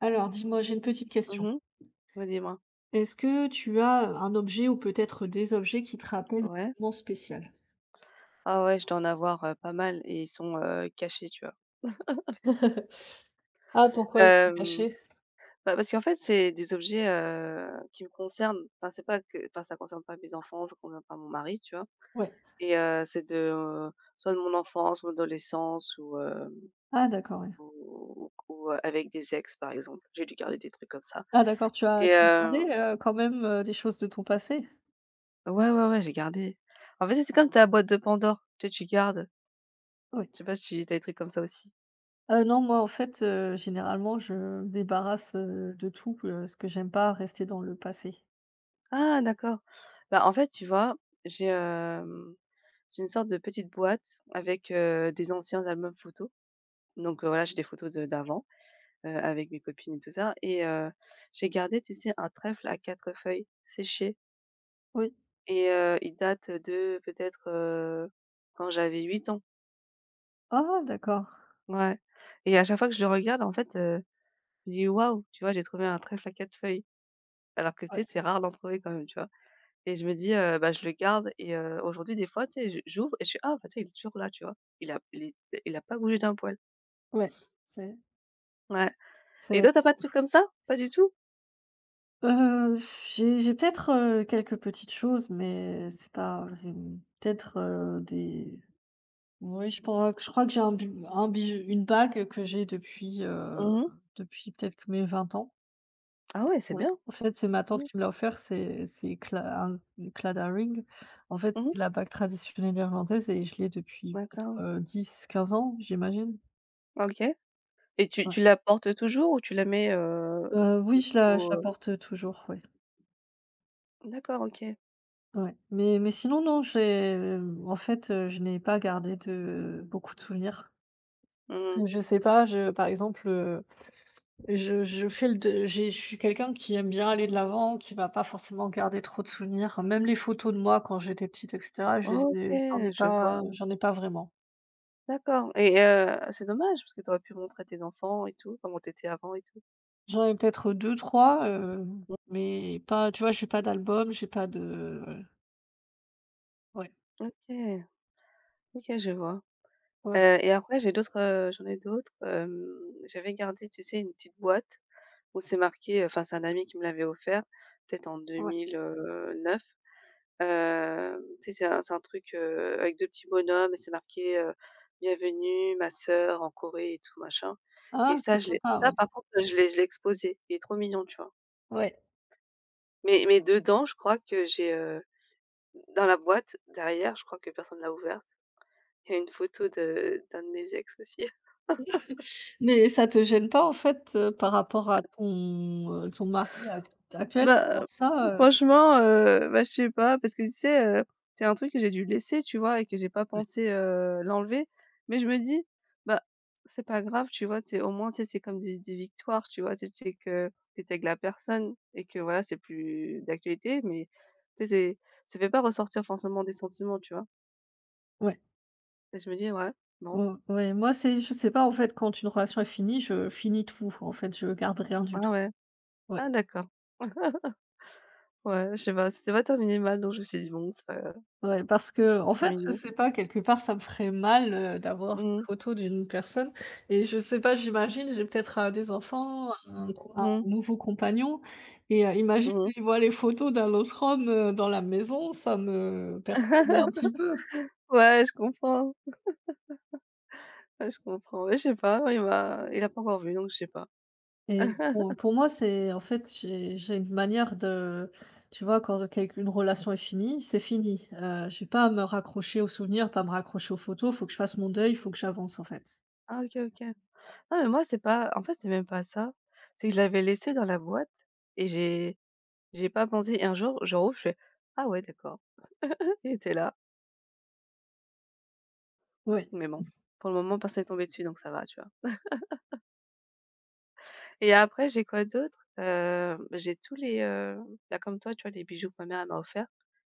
Alors, dis-moi, j'ai une petite question. Mmh mh. Ouais, dis-moi. Est-ce que tu as un objet ou peut-être des objets qui te rappellent un Ouais. moment spécial? Ah ouais, je dois en avoir, pas mal et ils sont, cachés, tu vois? Ah, pourquoi ils sont Hem, cachés? Bah, parce qu'en fait, c'est des objets, qui me concernent. Enfin, c'est pas que enfin, ça concerne pas mes enfants, ça concerne pas mon mari, tu vois? Ouais. Et c'est de, soit de mon enfance, mon adolescence ou, hem, Ah d'accord, ouais. Ou avec des ex, par exemple. J'ai dû garder des trucs comme ça Ah d'accord, tu as et tu as gardé quand même, des choses de ton passé? ouais, ouais, ouais, j'ai gardé. En fait, c'est comme ta boîte de Pandore, tu sais, tu gardes. Oui. Je sais pas si tu as des trucs comme ça aussi? Non, moi, en fait, généralement, je me débarrasse, de tout, ce que j'aime pas rester dans le passé. Ah d'accord. Bah, en fait, tu vois, j'ai, hem, j'ai une sorte de petite boîte avec, des anciens albums photos. Donc, voilà, j'ai des photos de d'avant, avec mes copines et tout ça et j'ai gardé, tu sais, un trèfle à 4 feuilles séchées Oui. et il date de peut-être, quand j'avais 8 ans. Ah d'accord. Ouais et à chaque fois que je le regarde, en fait, je dis: «Waouh!» tu vois? J'ai trouvé un trèfle à 4 feuilles alors que, tu Ouais, sais, c'est rare d'en trouver quand même, tu vois? Et je me dis, bah, je le garde et aujourd'hui des fois, tu sais, je j'ouvre et je suis «Ah bah, tiens il est toujours là», tu vois? Il a il est il a pas bougé d'un poil. ouais, c'est Ouais. Et c'est toi t'as pas de c'est trucs fou. comme ça? Pas du tout? Heu, j'ai peut-être, quelques petites choses, mais c'est pas j'ai peut-être, des oui, je crois que j'ai un bijou une bague que j'ai depuis, Mmh. depuis peut-être que mes 20 ans. Ah ouais, c'est Ouais. bien. En fait, c'est ma tante Mmh. qui me l'a offert, c'est cla un clada ring. En fait, Mmh. c'est la bague traditionnelle irlandaise et je l'ai depuis D'accord. 10 15 ans, j'imagine. OK. Et tu Ouais. tu la portes toujours ou tu la mets, en Oui, je la expo? porte toujours, ouais. D'accord, OK. Ouais, mais sinon non, j'ai, en fait, je n'ai pas gardé de beaucoup de souvenirs. Mmh. Je sais pas, je par exemple, je fais le deuil j'ai je suis quelqu'un qui aime bien aller de l'avant, qui va pas forcément garder trop de souvenirs. Même les photos de moi quand j'étais petite et cetera, je les ai j'en ai OK, je pas vois. j'en ai pas vraiment. D'accord et c'est dommage parce que tu aurais pu montrer à tes enfants et tout, comment t'étais avant et tout. J'en ai peut-être deux trois, mais pas tu vois, j'ai pas d'album, j'ai pas de ouais, OK. OK, je vois. ouais, Et après j'ai d'autres, j'en ai d'autres, j'avais gardé, tu sais, une petite boîte où c'est marqué, enfin c'est un ami qui me l'avait offert, peut-être en ouais. 2009, tu sais, c'est un truc, avec 2 petits bonhommes et c'est marqué: «Bienvenue ma sœur en Corée» et tout machin et Ah, ça c'est je l'ai sympa, ça ouais. par contre, je l'ai exposé. Il est trop mignon, tu vois? Ouais. Mais dedans, je crois que j'ai, dans la boîte derrière, je crois que personne l'a ouverte, il y a une photo de d'un de mes ex aussi. Mais ça te gêne pas en fait, par rapport à ton, ton mari ac actuel? Bah, Comment ça? franchement, bah, je sais pas parce que tu sais, c'est un truc que j'ai dû laisser, tu vois? Et que j'ai pas Ouais, pensé, l'enlever. Mais je me dis: «Bah, c'est pas grave», tu vois? Tu sais, au moins, tu sais, c'est comme des victoires, tu vois? Tu sais que tu étais avec la personne et que voilà, c'est plus d'actualité, mais tu sais, c'est ça fait pas ressortir forcément des sentiments, tu vois? ouais, Et je me dis: «Ouais, bon, o ouais, moi c'est je sais pas en fait quand une relation est finie, je finis tout en fait, je garde rien du ah tout. ouais, Ouais, ah d'accord, ouais», je sais pas, ça s'est pas terminé mal, donc je me suis dit: «Bon, c'est pas grave, ouais, parce que en c'est fait, je mignon». sais pas, quelque part ça me ferait mal, d'avoir une Mmh, photo d'une personne et je sais pas, j'imagine, j'ai peut-être, des enfants, un mmh, nouveau compagnon et imagine, mmh. il voit les photos d'un autre homme, dans la maison, ça me perturbe un petit peu. Ouais, je comprends. Ouais, je comprends. Ouais, je sais pas, il a pas encore vu, donc je sais pas. Et pour moi, c'est en fait, j'ai une manière de tu vois, quand quelque une relation est finie, c'est fini. Je j'ai pas à me raccrocher aux souvenirs, pas me raccrocher aux photos, il faut que je fasse mon deuil, il faut que j'avance, en fait. Ah OK, OK. Non, mais moi, c'est pas en fait, c'est même pas ça. C'est que je l'avais laissé dans la boîte et j'ai pas pensé et un jour, je rouvre, je fais: «Ah ouais, d'accord». Il était là, Oui, mais bon, pour le moment, personne n'est tombé dessus, donc ça va, tu vois? Et après, j'ai quoi d'autre? Bah, j'ai tous les, bah, comme toi, tu vois, les bijoux que ma mère, elle m'a offerts,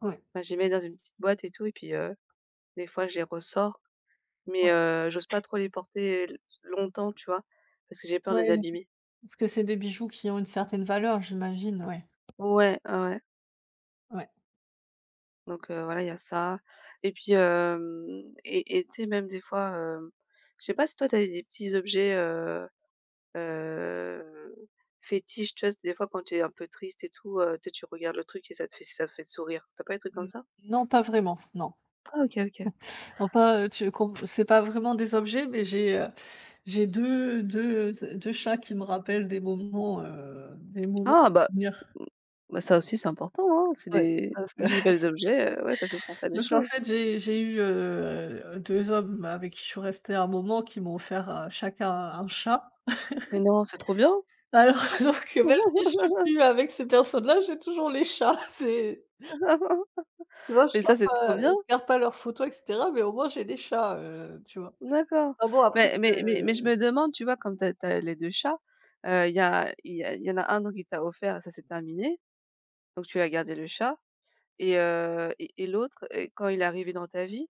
oui, bah, je les mets dans une petite boîte et tout et puis, des fois, je les ressors, mais, oui. J'ose pas trop les porter l longtemps, tu vois? Parce que j'ai peur de les Ouais, abîmer. parce que c'est des bijoux qui ont une certaine valeur, j'imagine, ouais, Ouais, ouais, ouais. ouais. Donc voilà, il y a ça et puis, hem et tu sais même des fois, je sais pas si toi tu avais des petits objets, heu, fétiches, tu vois? C'est des fois quand tu es un peu triste et tout, tu sais, tu regardes le truc et ça te fait sourire. T'as pas des trucs comme Mmh. ça? Non, pas vraiment, non. Ah OK, OK. Non, pas, tu com c'est pas vraiment des objets, mais j'ai deux chats qui me rappellent des moments, Ah des bah souvenirs. mmh, ça aussi c'est important, hein. C'est Ouais, des parce que même si c'est pas des objets, ouais, ça te fait penser à des parce qu'en choses. fait, j'ai eu, deux hommes avec qui je suis restée un moment qui m'ont offert, chacun un chat. Mais non, c'est trop bien! Alors alors que même si je suis plus avec ces personnes-là, j'ai toujours les chats. C'est tu vois? Je Mais ça, garde c'est trop pas bien! je garde pas leurs photos et cetera, mais au moins j'ai des chats, tu vois? D'accord. Ah bon après Mais je mais mais mais je me demande, tu vois, comme tu as les 2 chats, il y en a un donc il t'a offert, ça s'est terminé, donc tu as gardé le chat et et l'autre et quand il est arrivé dans ta vie,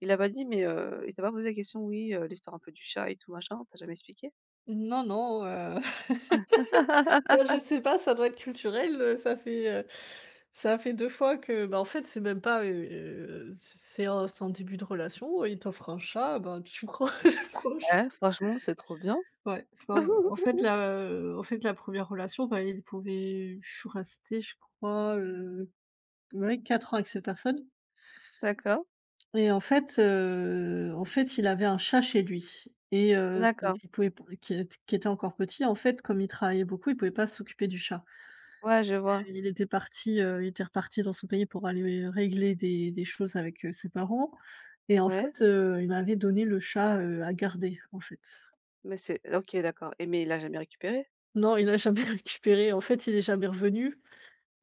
il a pas dit mais il t'a pas posé la question: «Oui, l'histoire un peu du chat et tout machin», t'as jamais expliqué? non, non, bah, je sais pas, ça doit être culturel, ça fait 2 fois que bah, en fait, c'est même pas, c'est en début de relation, il t'offre un chat, ben, tu prends tu prends le Ouais, franchement, c'est trop bien. Ouais, c'est pas en fait la, première relation, bah, il pouvait je suis restée je crois, ouais 4 ans avec cette personne D'accord, et en fait il avait un chat chez lui et c'est d'accord. il pouvait qui était encore petit en fait, comme il travaillait beaucoup, il pouvait pas s'occuper du chat. Ouais, je vois. Il était parti, il était reparti dans son pays pour aller régler des choses avec, ses parents et en Ouais, fait, il m'avait donné le chat, à garder en fait. mais c'est OK, d'accord et mais il l'a jamais récupéré? Non, il l'a jamais récupéré, en fait il est jamais revenu.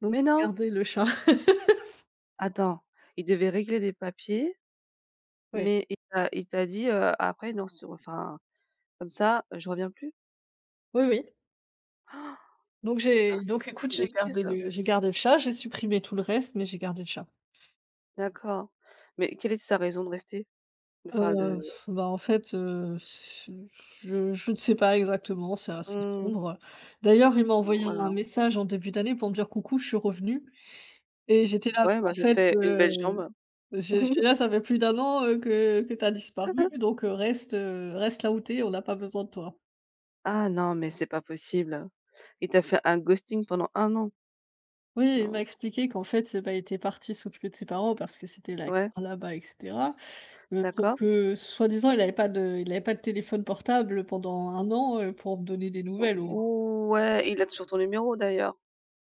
Donc Mais j'ai non? gardé le chat, Attends, il devait régler des papiers. oui. Mais il t'a dit: «Après non, sur enfin, comme ça, je reviens plus»? Oui, oui. Ah, Donc ah, j'ai donc écoute, c'était une j'ai excuse? gardé le j'ai gardé le chat, j'ai supprimé tout le reste, mais j'ai gardé le chat. D'accord. Mais quelle était sa raison de rester? Enfin de, Heu, bah, en fait, je ne sais pas exactement, c'est assez mmh, sombre. D'ailleurs, il m'a envoyé un voilà. message en début d'année pour me dire: «Coucou, je suis revenu» et j'étais là, Ouais, en bah, ça te fait, fait une belle jambe. J'ai là, ça fait plus d'un an, que tu as disparu, donc reste, reste là où tu es, on n'a pas besoin de toi. Ah non, mais c'est pas possible. Il t'a fait un ghosting pendant un an? Oui, il m'a Non. expliqué qu'en fait, bah, il était parti s'occuper de ses parents parce que c'était la Ouais, guerre là-bas et cetera. Sauf d'accord. que soi-disant, il avait pas de téléphone portable pendant un an, pour me donner des nouvelles au moins. Ouais, il a toujours ton numéro d'ailleurs,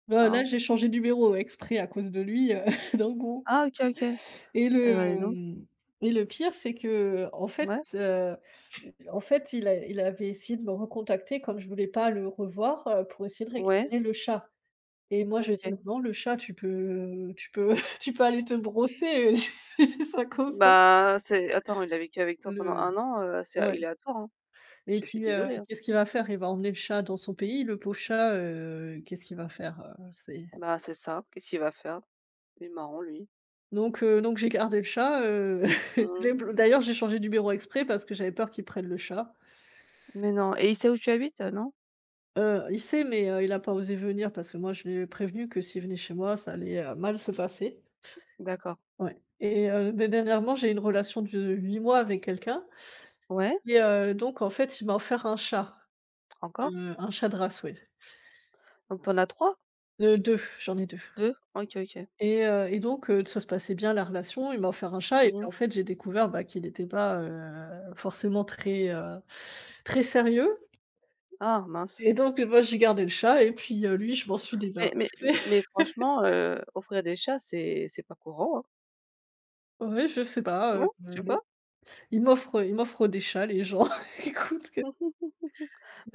Là, hein? j'ai changé de numéro exprès à cause de lui, donc bon Ah OK, OK. Et et bah, dis donc. le, et le pire, c'est que, Ouais, en fait, il avait essayé de me recontacter comme je voulais pas le revoir, pour essayer de ouais, récupérer le chat. Et moi, je lui ai dit: OK. «Non, le chat, tu peux tu peux aller te brosser», j'ai ça comme ça. Bah, c'est attends, il a vécu avec toi pendant Le un an, c'est à Ouais il est à toi, hein. et Je suis puis, désolée, hein. qu'est-ce qu'il va faire? Il va emmener le chat dans son pays, le pauvre chat, qu'est-ce qu'il va faire? C'est Bah, c'est ça, qu'est-ce qu'il va faire? Il est marrant lui. Donc j'ai gardé le chat, je Mmh. l'ai blo d'ailleurs, j'ai changé du bureau exprès parce que j'avais peur qu'il prenne le chat. Mais non et il sait où tu habites, non? Il sait, mais il n'a pas osé venir parce que moi, je l'ai prévenu que s'il venait chez moi, ça allait, mal se passer. D'accord. Ouais et mais dernièrement, j'ai eu une relation de 8 mois avec quelqu'un. Ouais, Et donc en fait, il m'a offert encore? Un chat de race, ouais. Donc t'en as trois deux, j'en ai 2. deux. OK, OK. Et donc ça se passait bien la relation, il m'a offert un chat et Mmh. en fait, j'ai découvert, bah, qu'il n'était pas, forcément très, très sérieux Ah mince. et donc moi, j'ai gardé le chat et puis, lui, je m'en suis débarrassée. Mais mais mais franchement, offrir des chats, c'est pas courant, hein. Ouais, je sais pas, Non? Tu sais mais pas? il m'offre ils m'offrent des chats, les gens. Écoute, qu'est-ce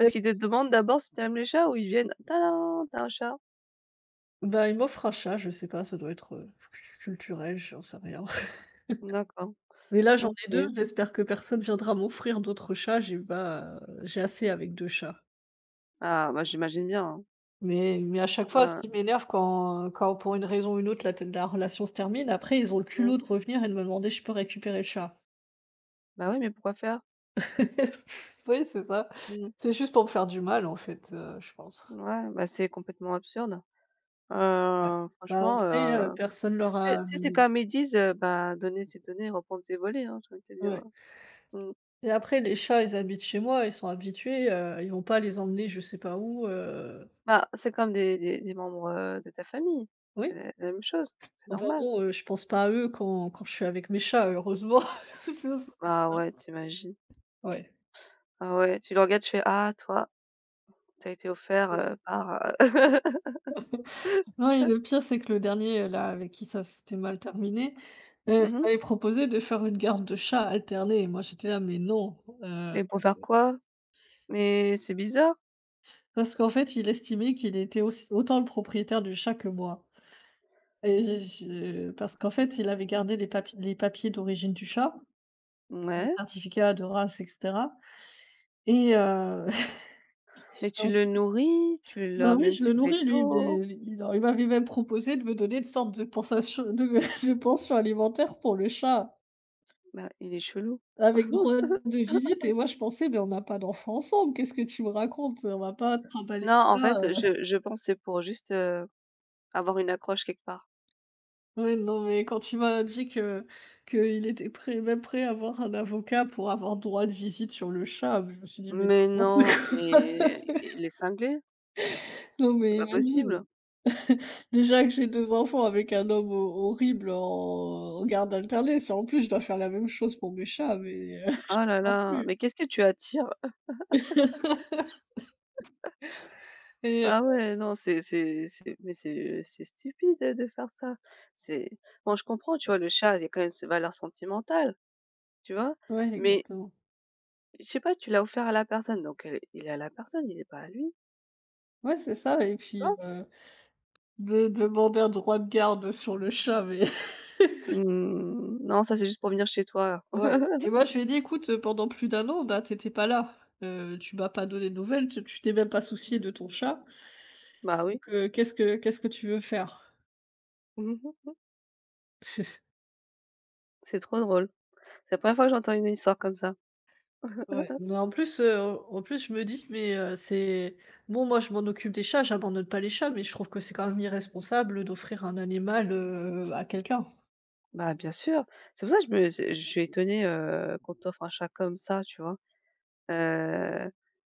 que qu'ils te demandent d'abord si t'aimes les chats ou ils viennent: «Tadam, tu as un chat». bah, ils m'offrent un chat, je sais pas, ça doit être, culturel, j'en sais rien. D'accord, Mais là, j'en ai 2. OK. J'espère que personne viendra m'offrir d'autres chats, j'ai pas j'ai assez avec 2 chats. Ah bah, j'imagine bien, hein. Mais à chaque fois, ce Heu, qui m'énerve quand pour une raison ou une autre, la relation se termine, après ils ont le mmh. culot de revenir et de me demander si je peux récupérer le chat. Bah, oui, mais pourquoi faire? Oui, c'est ça. Mmh. C'est juste pour me faire du mal, en fait, je pense. Ouais, bah, c'est complètement absurde, hein. Ouais. Bah, Franchement, après, personne leur tu sais tu a sais, c'est comme ils disent: «Bah, donner c'est donner, reprendre c'est voler», hein, j'ai envie de te dire, ouais heu. Mmh. et après les chats, ils habitent chez moi, ils sont habitués, ils vont pas les emmener je sais pas où, Bah, c'est comme des membres, de ta famille. C'est oui. la même chose, c'est Enfin normal. bon, je pense pas à eux quand quand je suis avec mes chats, heureusement. ce serait Ah pas ouais, t'imagines. ouais, Ah ouais, tu le regardes, tu fais: «Ah toi, t'as été offert, ouais. Par» Mmh. Non et le pire, c'est que le dernier, là, avec qui ça s'était mal terminé, il m'avait proposé de faire une garde de chat alternée et moi j'étais là: «Mais non!» Mais pour faire quoi? Mais c'est bizarre. parce qu'en fait, il estimait qu'il était aussi autant le propriétaire du chat que moi et j'ai je parce qu'en fait, il avait gardé les papiers d'origine du chat, les Ouais, certificats de race et cetera et mais tu le nourris, tu Bah, oui, l'emmènes je se le le nourris lui tôt. des il m'avait même proposé de me donner une sorte de pensation de de pension alimentaire pour le chat, Bah, il est chelou. avec droit de visite et moi je pensais: «Mais on n'a pas d'enfant ensemble, qu'est-ce que tu me racontes? On va pas trimballer Non, en ça, fait, je je pense que c'est pour juste, avoir une accroche quelque part. ouais, non, mais quand il m'a dit que qu'il était prêt même prêt à avoir un avocat pour avoir droit de visite sur le chat, je me suis dit: «Mais Mais n'importe quoi». non, mais il est cinglé, Non, c'est mais pas imagine, possible. déjà que j'ai 2 enfants avec un homme ho horrible en garde alternée, si en plus je dois faire la même chose pour mes chats, mais Ah là Non là, plus mais qu'est-ce que tu attires? et Ah ouais, non, c'est mais c'est stupide de faire ça. C'est bon, je comprends, tu vois, le chat, il y a quand même ses valeurs sentimentales, tu vois? ouais, Mais exactement. je sais pas, tu l'as offert à la personne, donc elle il est à la personne, il est pas à lui, Ouais, c'est ça et tu puis, vois? De demander un droit de garde sur le chat, mais Mmh, non, ça, c'est juste pour venir chez toi. ouais et moi, je lui ai dit: «Écoute, pendant plus d'un an, bah, t'étais pas là, tu m'as pas donné de nouvelles, tu t'es même pas soucié de ton chat, Bah oui, donc qu'est-ce que tu veux faire?» c'est trop drôle. C'est la première fois que j'entends une histoire comme ça. Ouais, mais en plus, je me dis: «Mais c'est bon, moi, je m'en occupe des chats, j'abandonne pas les chats, mais je trouve que c'est quand même irresponsable d'offrir un animal, à quelqu'un». Bah, bien sûr. C'est pour ça que je me c'est je suis étonnée, qu'on t'offre un chat comme ça, tu vois? Heu,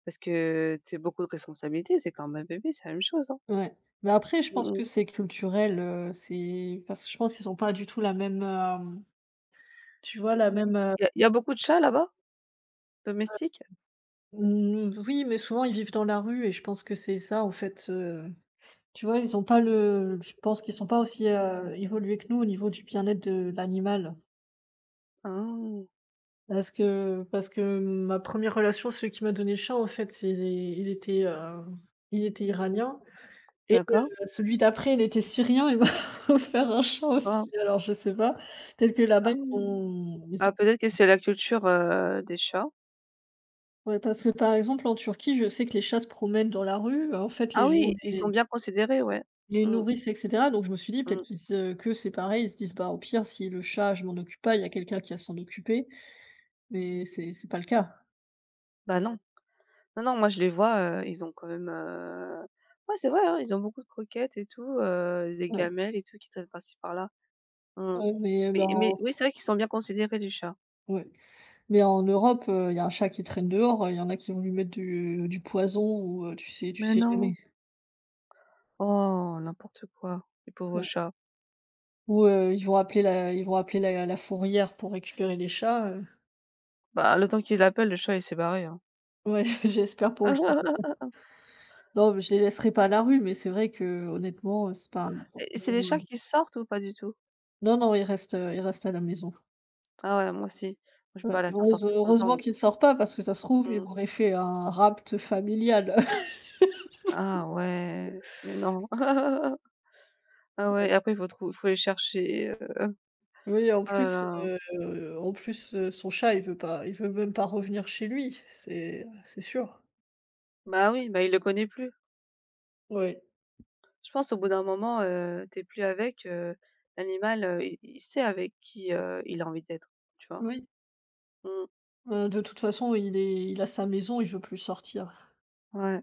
Parce que c'est beaucoup de responsabilités, c'est quand même un bébé, c'est la même chose, hein? Ouais, mais après je pense que Mmh. c'est culturel, c'est parce que je pense qu'ils ont pas du tout la même, tu vois la même, Il y a beaucoup de chats là-bas? Domestiques? mmh, oui, mais souvent ils vivent dans la rue et je pense que c'est ça en fait, tu vois? Ils ont pas le je pense qu'ils sont pas aussi, évolués que nous au niveau du bien-être de l'animal. Ah! Parce que ma première relation, celui qui m'a donné le chat en fait, c'est il était iranien. Et D'accord. celui d'après, il était syrien, il m'a offert un chat Ah! aussi. Alors je sais pas, peut-être que là-bas Ah! Ils Ah, ont peut-être que c'est la culture, des chats. ouais, parce que par exemple en Turquie, je sais que les chats se promènent dans la rue, en fait les Ah gens oui, ils sont bien considérés, ouais. les Mmh, nourrissent et cetera, donc je me suis dit peut-être mmh. qu'ils se qu'eux c'est pareil, ils se disent: «Bah, au pire si le chat je m'en occupe pas, il y a quelqu'un qui va s'en occuper», mais c'est pas le cas. Bah, Ouais. non. Non, non, moi je les vois, ils ont quand même, ouais, c'est vrai, hein, ils ont beaucoup de croquettes et tout, des Ouais, gamelles et tout qui traînent par-ci par-là. Mmh. ouais, mais ben, Mais oui, c'est vrai qu'ils sont bien considérés, les chats. ouais, mais en Europe, il y a un chat qui traîne dehors, il y en a qui vont lui mettre du poison ou tu sais tu Mais sais non! jamais. Oh, n'importe quoi, les pauvres chats. Ou ils vont appeler la fourrière pour récupérer les chats, Bah, le temps qu'ils appellent, le chat, il s'est barré, hein. ouais, j'espère pour le chat. Non, mais je les laisserai pas à la rue, mais c'est vrai qu'honnêtement, c'est pas Et c'est des chats forcément, qui sortent ou pas du tout? non, non, ils restent à la maison. Ah ouais, moi aussi je peux Ouais, pas la faire heureuse sortir tout le heureusement temps. qu'ils ne sortent pas parce que ça se trouve, ils Mmh. m'auraient fait un rapt familial. Ah ouais, mais non. Ah ouais, Ouais. et après il faut trou faut les chercher, Oui, oh là là. En plus, son chat, il veut même pas revenir chez lui, c'est sûr. Bah oui, bah, il le connaît plus. Ouais, Je pense au bout d'un moment, tu plus avec, l'animal, il sait avec qui, il a envie d'être, tu vois? oui, Mmh, de toute façon, il a sa maison, il veut plus sortir. ouais.